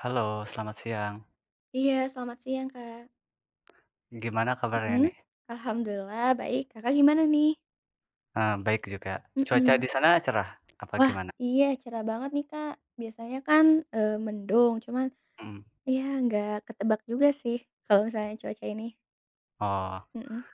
Halo, selamat siang. Iya, selamat siang, Kak. Gimana kabarnya Mhm. nih? Alhamdulillah baik, Kakak gimana nih? Baik juga. Cuaca Mhm. di sana cerah apa Wah, gimana? iya, cerah banget nih, Kak. Biasanya kan, mendung, cuman Mhm. ya nggak ketebak juga sih kalau misalnya cuaca ini. Oh, Mhm.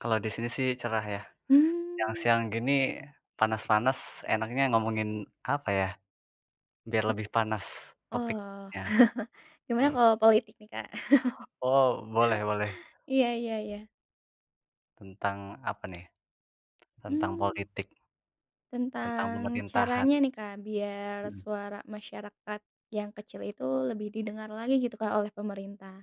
kalau di sini sih cerah ya. Mmm. Siang-siang gini panas-panas enaknya ngomongin apa ya, biar lebih panas Oh, topiknya? gimana kalau politik nih, Kak? Oh, boleh boleh. Iya iya iya. Tentang apa nih? Tentang Mmm. politik, tentang Tentang pemerintahan. caranya nih, Kak, biar Mhm. suara masyarakat yang kecil itu lebih didengar lagi gitu, Kak, oleh pemerintah.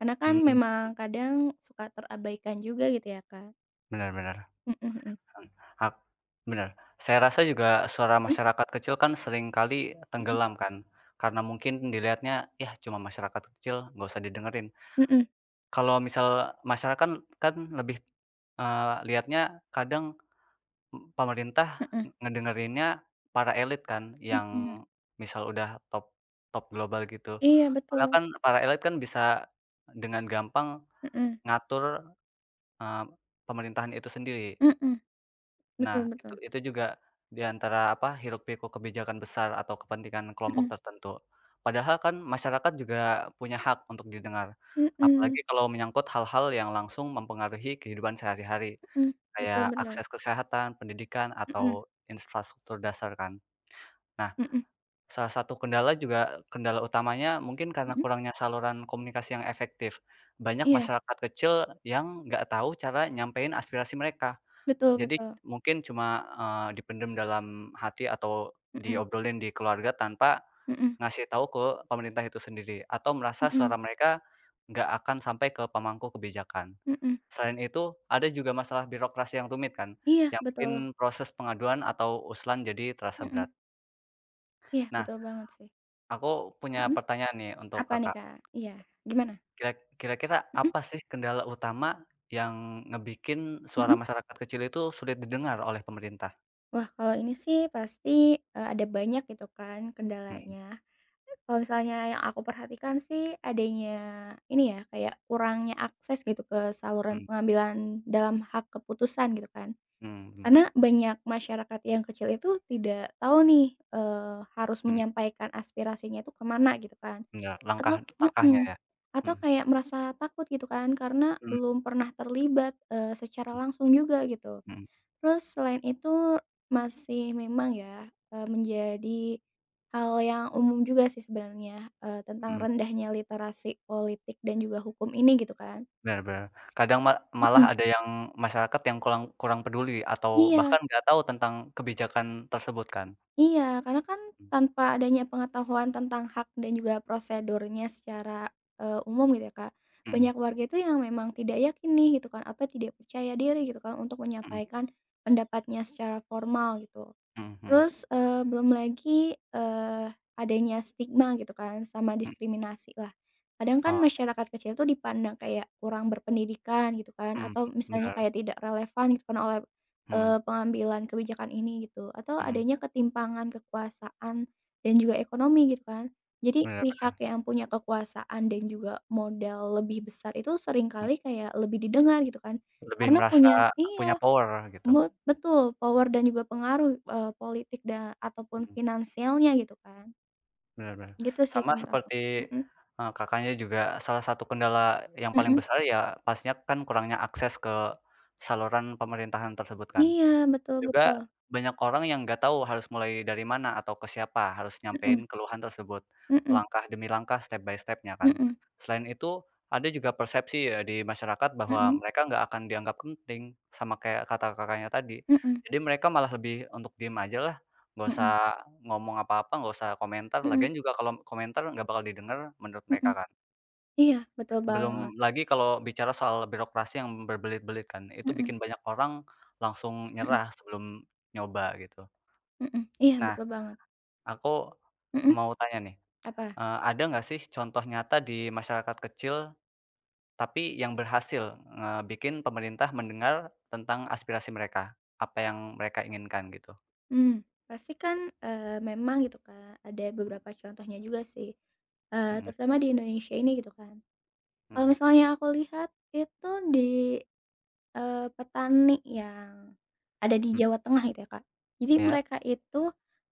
Karena kan Mhm, memang kadang suka terabaikan juga gitu ya, Kak. benar bener. Mhm mhm. Mmm, hak bener. Saya rasa juga suara Mhm masyarakat kecil kan seringkali mhm. tenggelam kan, karena mungkin dilihatnya, ya cuma masyarakat kecil, nggak usah didengerin." Mhm Kalau misal masyarakat kan kan lebih, lihatnya kadang pemerintah mhm. ngedengerinnya para elit kan, yang Mhm. misal udah top top global gitu. Iya Karena betul. kan para elit kan bisa dengan gampang Mhm. ngatur, eee, pemerintahan itu sendiri. Mhm. Nah, Betul betul. itu juga di antara, apa, hiruk-pikuk kebijakan besar atau kepentingan kelompok Mhm. tertentu. Padahal kan masyarakat juga punya hak untuk didengar, Mhm mhm. apalagi kalau menyangkut hal-hal yang langsung mempengaruhi kehidupan sehari-hari, Betul kayak betul. akses kesehatan, pendidikan, Mhm atau infrastruktur dasar kan. Nah, mhm salah satu kendala juga kendala utamanya mungkin karena mhm. kurangnya saluran komunikasi yang efektif. Banyak Iya. masyarakat kecil yang nggak tahu cara nyampein aspirasi mereka. Betul Jadi betul. mungkin cuma, dipendam dalam hati atau Mhm diobrolin di keluarga tanpa mhm ngasih tahu ke pemerintah itu sendiri, atau merasa mhm suara mereka nggak akan sampai ke pemangku kebijakan. mhm. Selain itu, ada juga masalah birokrasi yang rumit kan, Iya yang betul. bikin proses pengaduan atau usulan jadi terasa berat. Mhm. Iya Nah, betul banget sih. aku punya Mhm. pertanyaan nih untuk Apa nih, Kakak, Kak? Iya. Gimana? kira kira-kira Mhm apa sih kendala utama yang ngebikin suara mhm. masyarakat kecil itu sulit didengar oleh pemerintah? Wah, kalau ini sih pasti, ada banyak gitu kan Mhm kendalanya. Kalau misalnya yang aku perhatikan sih adanya ini ya, kayak kurangnya akses gitu ke saluran mhm pengambilan dalam hak keputusan gitu kan. mhm mhm. Karena banyak masyarakat yang kecil itu tidak tahu nih, harus Mhm, menyampaikan aspirasinya itu kemana gitu kan. enggak, Atau langkahnya mhm, ya? atau Mhm, kayak merasa takut gitu kan karena mhm belum pernah terlibat, secara langsung juga gitu. mhm Terus selain itu masih memang ya, menjadi hal yang umum juga sih sebenarnya, tentang mhm, rendahnya literasi politik dan juga hukum ini gitu kan. bener bener. Kadang malah Mhm. ada yang masyarakat yang kurang kurang peduli atau Iya bahkan nggak tahu tentang kebijakan tersebut kan? iya, karena kan Mhm tanpa adanya pengetahuan tentang hak dan juga prosedurnya secara, umum gitu ya, Kak, mhm banyak warga itu yang memang tidak yakin nih gitu kan, atau tidak percaya diri gitu kan untuk mhm menyampaikan pendapatnya secara formal gitu. mhm Terus, belum lagi, adanya stigma gitu kan sama mhm, diskriminasi lah. Kadang kan oh, masyarakat kecil tuh dipandang kayak kurang berpendidikan gitu kan mhm, atau misalnya bener, kayak tidak relevan gitu kan oleh, mhm pengambilan kebijakan ini gitu atau mhm, adanya ketimpangan kekuasaan dan juga ekonomi gitu kan. Jadi bener pihak bener, yang punya kekuasaan dan juga modal lebih besar itu mhm, seringkali kayak lebih didengar gitu kan lebih karena merasa punya iya. punya power gitu. Mut betul, power dan juga pengaruh, politik ataupun Mhm. finansialnya gitu kan, Benar-benar. gitu sih Sama kalau menurut aku. seperti, Mhm, Kakaknya juga salah satu kendala yang paling mhm. besar ya pastinya kan kurangnya akses ke saluran pemerintahan tersebut kan? Iya, betul Juga betul. banyak orang yang nggak tahu harus mulai dari mana atau ke siapa harus Mhm, nyampein keluhan tersebut, mhm, langkah demi langkah, step by step-nya kan. mhm, Selain itu, ada juga persepsi ya di masyarakat bahwa mhm, mereka nggak akan dianggap penting, sama kayak kata Kakaknya tadi. mhm, Jadi mereka malah lebih untuk diem aja lah, nggak mhm, usah ngomong apa-apa, nggak usah komentar, mhm, lagian juga kalau komentar nggak bakal didengar menurut mhm. mereka kan. Iya, betul banget. Belum lagi kalau bicara soal birokrasi yang berbelit-belit kan, itu Mhm, bikin banyak orang langsung mhm, nyerah sebelum nyoba gitu. mhm. Iya, Nah, betul banget. aku Mhm, mau tanya nih, apa? Ada nggak sih contoh nyata di masyarakat kecil, tapi yang berhasil eh, bikin pemerintah mendengar tentang aspirasi mereka, apa yang mereka inginkan gitu? Mmm, pasti kan, memang gitu Kak, ada beberapa contohnya juga sih, Mhm terutama di Indonesia ini gitu kan. Kalau mhm, misalnya aku lihat itu di petani yang ada di mmm, Jawa Tengah gitu ya, Kak. Jadi ya? mereka itu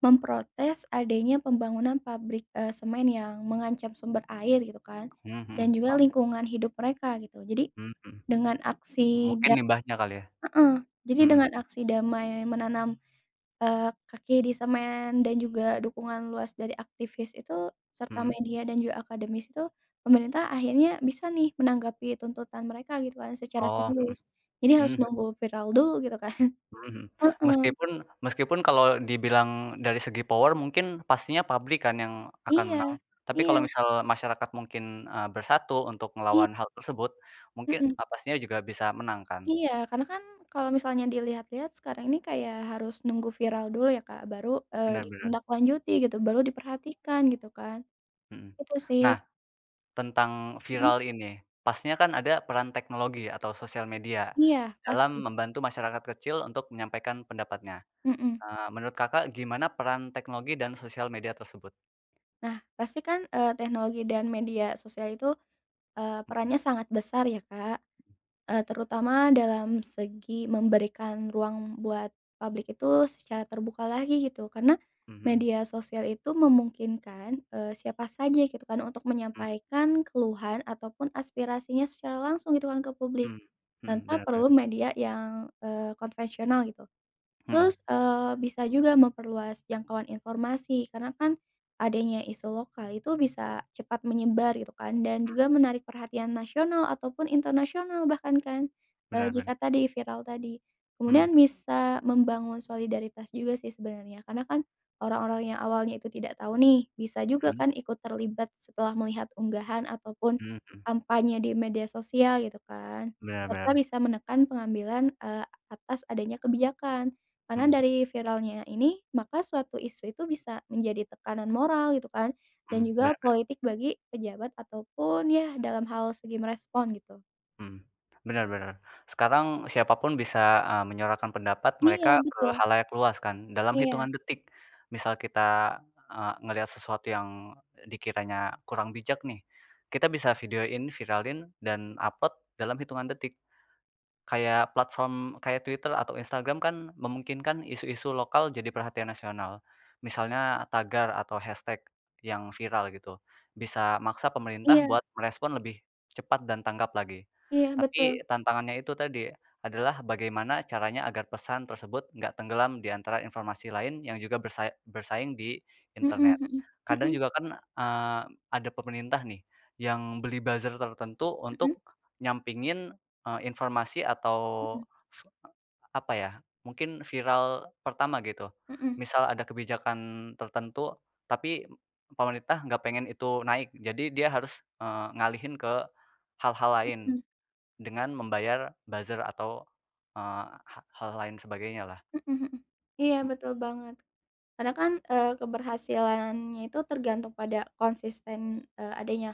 memprotes adanya pembangunan pabrik, semen yang mengancam sumber air gitu kan, Mhm dan mhm, oh, juga lingkungan hidup mereka gitu. Jadi mmm, mhm. dengan aksi Mungkin da limbahnya kali ya? heeh, jadi Mhm dengan aksi damai menanam Eee, kaki di semen dan juga dukungan luas dari aktivis itu serta mhm. media dan juga akademis itu, pemerintah akhirnya bisa nih menanggapi tuntutan mereka gitu kan secara Oh, mhm, serius. Jadi harus mmm. nunggu viral dulu gitu kan. Mhm. Heeh, Meskipun Meskipun kalau dibilang dari segi power mungkin pastinya pabrik kan yang akan iya menang, tapi kalau iya misal masyarakat mungkin, bersatu untuk iya, melawan hal tersebut, mungkin, mhm, pastinya juga bisa menang kan? iya karena kan kalau misalnya dilihat-lihat sekarang ini kayak harus nunggu viral dulu ya Kak baru, Benar benar, ditindaklanjuti gitu baru diperhatikan gitu kan. mhm. Itu sih, Nah, tentang mhm, viral ini, pastinya kan ada peran teknologi atau sosial media iya pasti, dalam membantu masyarakat kecil untuk menyampaikan pendapatnya. mhm. Menurut Kakak gimana peran teknologi dan sosial media tersebut? Nah, pasti kan, teknologi dan media sosial itu, Mhm, perannya sangat besar ya, Kak, terutama dalam segi memberikan ruang buat publik itu secara terbuka lagi gitu. Karena mhm media sosial itu memungkinkan, siapa saja gitu kan untuk mhm, menyampaikan keluhan ataupun aspirasinya secara langsung gitu kan ke mmm, publik, mhm, mhm, tanpa benar benar, perlu media yang, konvensional gitu. mhm. Terus, bisa juga memperluas jangkauan informasi karena kan adanya isu lokal itu bisa cepat menyebar gitu kan dan juga menarik perhatian nasional ataupun internasional bahkan kan, Benar benar. jika tadi viral tadi. Mhm Kemudian bisa membangun solidaritas juga sih sebenarnya karena kan orang-orang yang awalnya itu tidak tahu nih bisa juga mhm kan ikut terlibat setelah melihat unggahan ataupun mhm. kampanye di media sosial gitu kan, Benar serta benar. bisa menekan pengambilan, atas adanya kebijakan. Karena Mhm dari viralnya ini, maka suatu isu itu bisa menjadi tekanan moral gitu kan, dan mhm, juga benar, politik bagi pejabat ataupun ya dalam hal segi merespon gitu. mhm. Benar benar. Sekarang siapa pun bisa, menyuarakan pendapat Iya mereka ke betul, khalayak luas kan, dalam iya hitungan detik. Misal kita, ngelihat sesuatu yang dikiranya kurang bijak nih, kita bisa videoin, viralin, dan upload dalam hitungan detik. Kayak platform kayak Twitter atau Instagram kan memungkinkan isu-isu lokal jadi perhatian nasional. Misalnya tagar atau hashtag yang viral gitu, bisa maksa pemerintah iya buat merespon lebih cepat dan tanggap lagi. iya betul, Tapi tantangannya itu tadi, adalah bagaimana caranya agar pesan tersebut nggak tenggelam di antara informasi lain yang juga bersaing di mhm internet. mhm, Kadang mhm juga kan, eee, ada pemerintah nih yang beli buzzer tertentu mhm untuk nyampingin informasi atau mhm f apa ya, mungkin viral pertama gitu. mhm Misal ada kebijakan tertentu, tapi pemerintah nggak pengen itu naik, jadi dia harus, ngalihin ke hal-hal lain mhm dengan membayar buzzer atau, eee, hal lain sebagainya lah. mhm mhm. Iya betul banget. Karena kan, keberhasilannya itu tergantung pada konsisten, adanya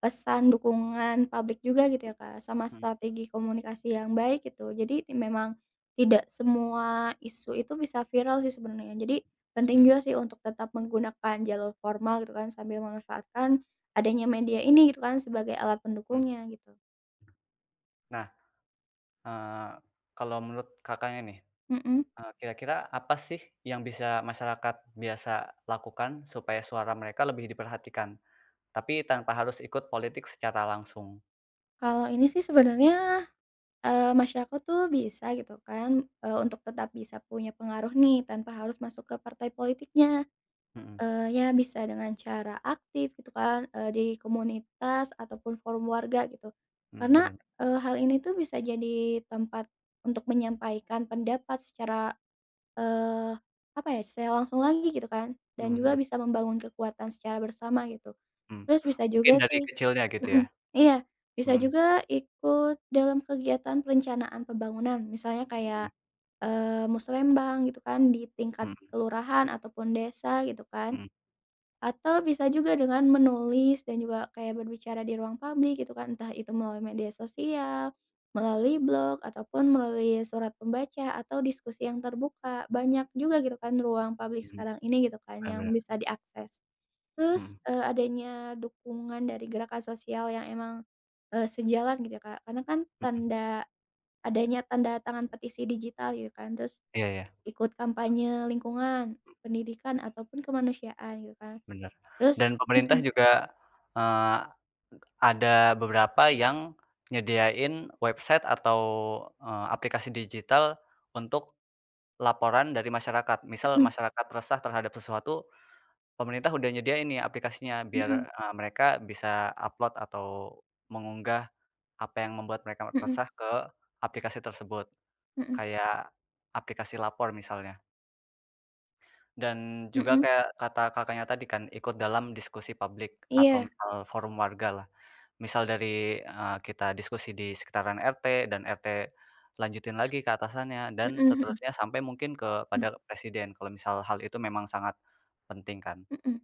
pesan dukungan publik juga gitu ya, Kak, sama Mhm strategi komunikasi yang baik gitu. Jadi memang tidak semua isu itu bisa viral sih sebenarnya. Jadi penting juga mhm sih untuk tetap menggunakan jalur formal gitu kan, sambil memanfaatkan adanya media ini gitu kan sebagai alat mhm. pendukungnya gitu. Nah, eee, kalau menurut Kakaknya nih, Mhm. Kira-kira apa sih yang bisa masyarakat biasa lakukan supaya suara mereka lebih diperhatikan? Tapi tanpa harus ikut politik secara langsung. Kalau ini sih sebenarnya, masyarakat tuh bisa gitu kan, untuk tetap bisa punya pengaruh nih tanpa harus masuk ke partai politiknya. Mhm, Ya bisa dengan cara aktif gitu kan, di komunitas ataupun forum warga gitu. mhm, Karena, bener, hal ini tuh bisa jadi tempat untuk menyampaikan pendapat secara, eee, apa ya, secara langsung lagi gitu kan, dan mhm juga mhm bisa membangun kekuatan secara bersama gitu. mhm. Terus bisa Mungkin juga dari sih. kecilnya gitu ya? Mhm, iya, bisa Mhm juga ikut dalam kegiatan perencanaan pembangunan, misalnya kayak, mhm musrembang gitu kan di tingkat mhm kelurahan ataupun desa gitu kan. mhm Atau bisa juga dengan menulis dan juga kayak berbicara di ruang publik gitu kan, entah itu melalui media sosial, melalui blog, ataupun melalui surat pembaca atau diskusi yang terbuka. Banyak juga gitu kan ruang publik mhm, sekarang ini gitu kan bener yang bener, bisa diakses. Terus, mhm adanya dukungan dari gerakan sosial yang emang, sejalan gitu ya, Kak, karena kan mhm. Adanya tanda tangan petisi digital gitu kan, terus Iya iya, ikut kampanye lingkungan, pendidikan, ataupun kemanusiaan gitu kan. bener. Terus Dan pemerintah mhm juga, eee, ada beberapa yang nyediain website atau, aplikasi digital untuk laporan dari masyarakat. Misal mhm masyarakat resah terhadap sesuatu. Pemerintah udah nyediain nih aplikasinya biar, mhm mereka bisa upload atau mengunggah apa yang membuat mereka mhm resah ke aplikasi tersebut, mhm kayak aplikasi lapor misalnya. Dan juga mhm, kayak kata Kakaknya tadi kan ikut dalam diskusi publik iya, atau misal forum wargalah. Misal dari, kita diskusi di sekitaran RT dan RT lanjutin lagi ke atasannya dan mhm mhm seterusnya sampai mungkin mhm kepada presiden kalau misal hal itu memang sangat penting kan. mhm,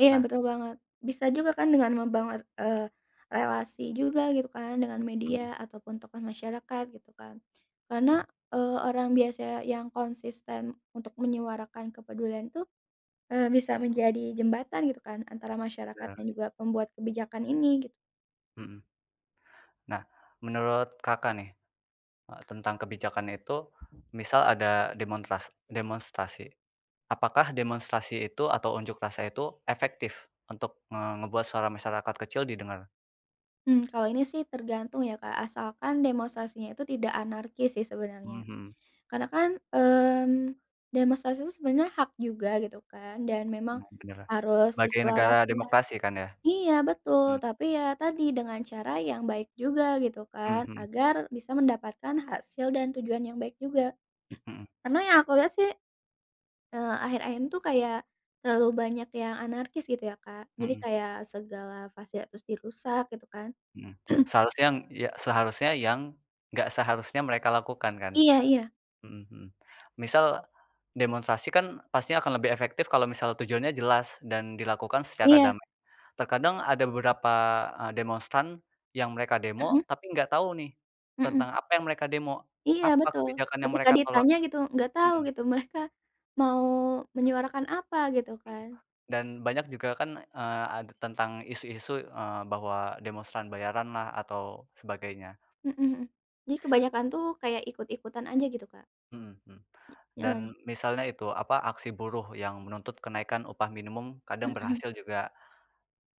iya Nah betul banget. Bisa juga kan dengan membangun, relasi juga gitu kan dengan media mhm, ataupun tokoh masyarakat gitu kan. Karena, mmm, orang biasa yang konsisten untuk menyuarakan kepedulian tuh, bisa menjadi jembatan gitu kan antara masyarakat bener, dan juga pembuat kebijakan ini gitu. mhm. Nah, menurut Kakak nih, tentang kebijakan itu, misal ada demonstrasi. Apakah demonstrasi itu atau unjuk rasa itu efektif untuk ngebuat suara masyarakat kecil didengar? Mmm, kalau ini sih tergantung ya Kak, asalkan demonstrasinya itu tidak anarkis sih sebenarnya. Mhm, Karena kan, demonstrasi itu sebenarnya hak juga gitu kan dan memang bener bener. harus Sebagai negara disuarakan. demokrasi kan ya? Iya betul, Mmm, tapi ya tadi dengan cara yang baik juga gitu kan, mhm, agar bisa mendapatkan hasil dan tujuan yang baik juga. mhm Karena yang aku lihat sih, akhir-akhir itu kayak terlalu banyak yang anarkis gitu ya, Kak. Jadi mhm kayak segala fasilitas dirusak gitu kan. mhm. Seharusnya yang ya seharusnya yang nggak seharusnya mereka lakukan kan? Iya iya Mhm mhm. Misal demonstrasi kan pastinya akan lebih efektif kalau misal tujuannya jelas dan dilakukan secara iya, damai. Terkadang ada beberapa, demonstran yang mereka mhm demo, tapi nggak tahu nih mhm. tentang apa yang mereka demo, Iya apa betul, kebijakan yang ketika mereka tolak. ditanya gitu nggak tahu Mhm gitu mereka mau menyuarakan apa gitu mhm. kan, Dan banyak juga kan, ada tentang isu-isu, bahwa demonstran bayaranlah atau sebagainya. mhm mhm. Jadi kebanyakan tuh kayak ikut-ikutan aja gitu, Kak. Mhm mhm. Heeh, Dan misalnya itu, apa, aksi buruh yang menuntut kenaikan upah minimum kadang mhm, berhasil juga,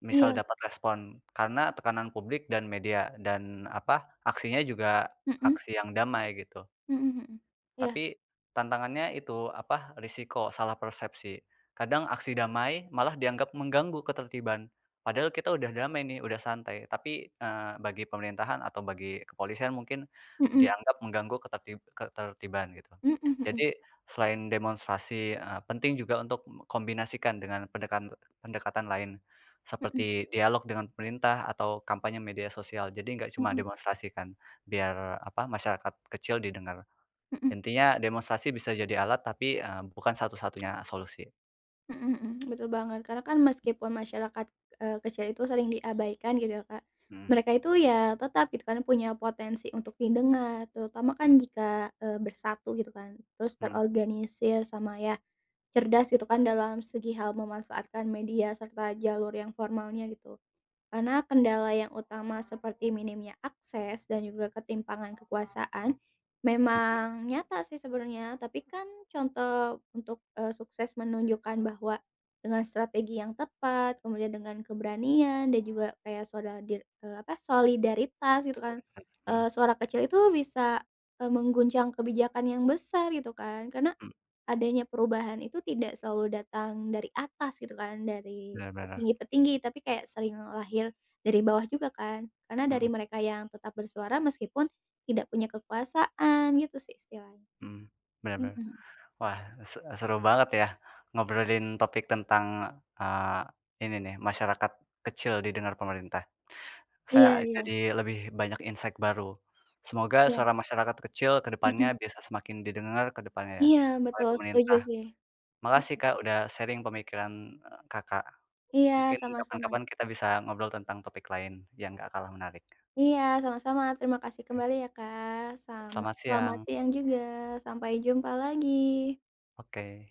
misal iya, dapat respon karena tekanan publik dan media dan, apa, aksinya juga mhm, aksi yang damai gitu. mhm mhm, iya, Tapi tantangannya itu, apa, risiko salah persepsi. Kadang aksi damai malah dianggap mengganggu ketertiban. Padahal kita udah damai nih, udah santai. Tapi, bagi pemerintahan atau bagi kepolisian mungkin mhm, dianggap mengganggu ketertiban gitu. mhm mhm mhm, Jadi selain demonstrasi, penting juga untuk kombinasikan dengan pendekatan pendekatan lain mhm seperti dialog dengan pemerintah atau kampanye media sosial. Jadi nggak cuma mhm demonstrasi kan, biar, apa, masyarakat kecil didengar. mhm. Intinya demonstrasi bisa jadi alat tapi, bukan satu-satunya solusi. Mhm mhm, betul banget. Karena kan meskipun masyarakat, kecil itu sering diabaikan gitu ya, Kak, Mhm mereka itu ya tetap gitu kan punya potensi untuk didengar, terutama mhm kan jika, bersatu gitu kan, terus mhm. terorganisir sama ya cerdas gitu kan dalam segi hal memanfaatkan media serta jalur yang formalnya gitu. Karena kendala yang utama seperti minimnya akses dan juga ketimpangan kekuasaan memang nyata sih sebenarnya, tapi kan contoh untuk, sukses menunjukkan bahwa dengan strategi yang tepat, kemudian dengan keberanian dan juga kayak solidaritas gitu kan, Mhm suara kecil itu bisa, mengguncang kebijakan yang besar gitu kan. Karena mhm. adanya perubahan itu tidak selalu datang dari atas gitu kan, dari Bener bener. petinggi-petinggi, tapi kayak sering lahir dari bawah juga kan. Karena dari Mhm mereka yang tetap bersuara meskipun tidak punya kekuasaan gitu sih istilahnya. mhm. Bener bener. Mhm. Wah, seru banget ya ngobrolin topik tentang, eee, ini nih, masyarakat kecil didengar pemerintah. Saya Iya iya jadi lebih banyak insight baru. Semoga iya, suara masyarakat kecil ke depannya mhm, bisa semakin didengar ke depannya ya iya oleh betul setuju pemerintah. sih, Makasih mhm, Kak, udah sharing pemikiran, Kakak. iya Mungkin sama-sama kapan-kapan kita bisa ngobrol tentang topik lain yang gak kalah menarik. iya sama-sama terima kasih Oke. kembali ya Kak, sama Selamat selamat siang. siang juga, sampai jumpa lagi. Oke.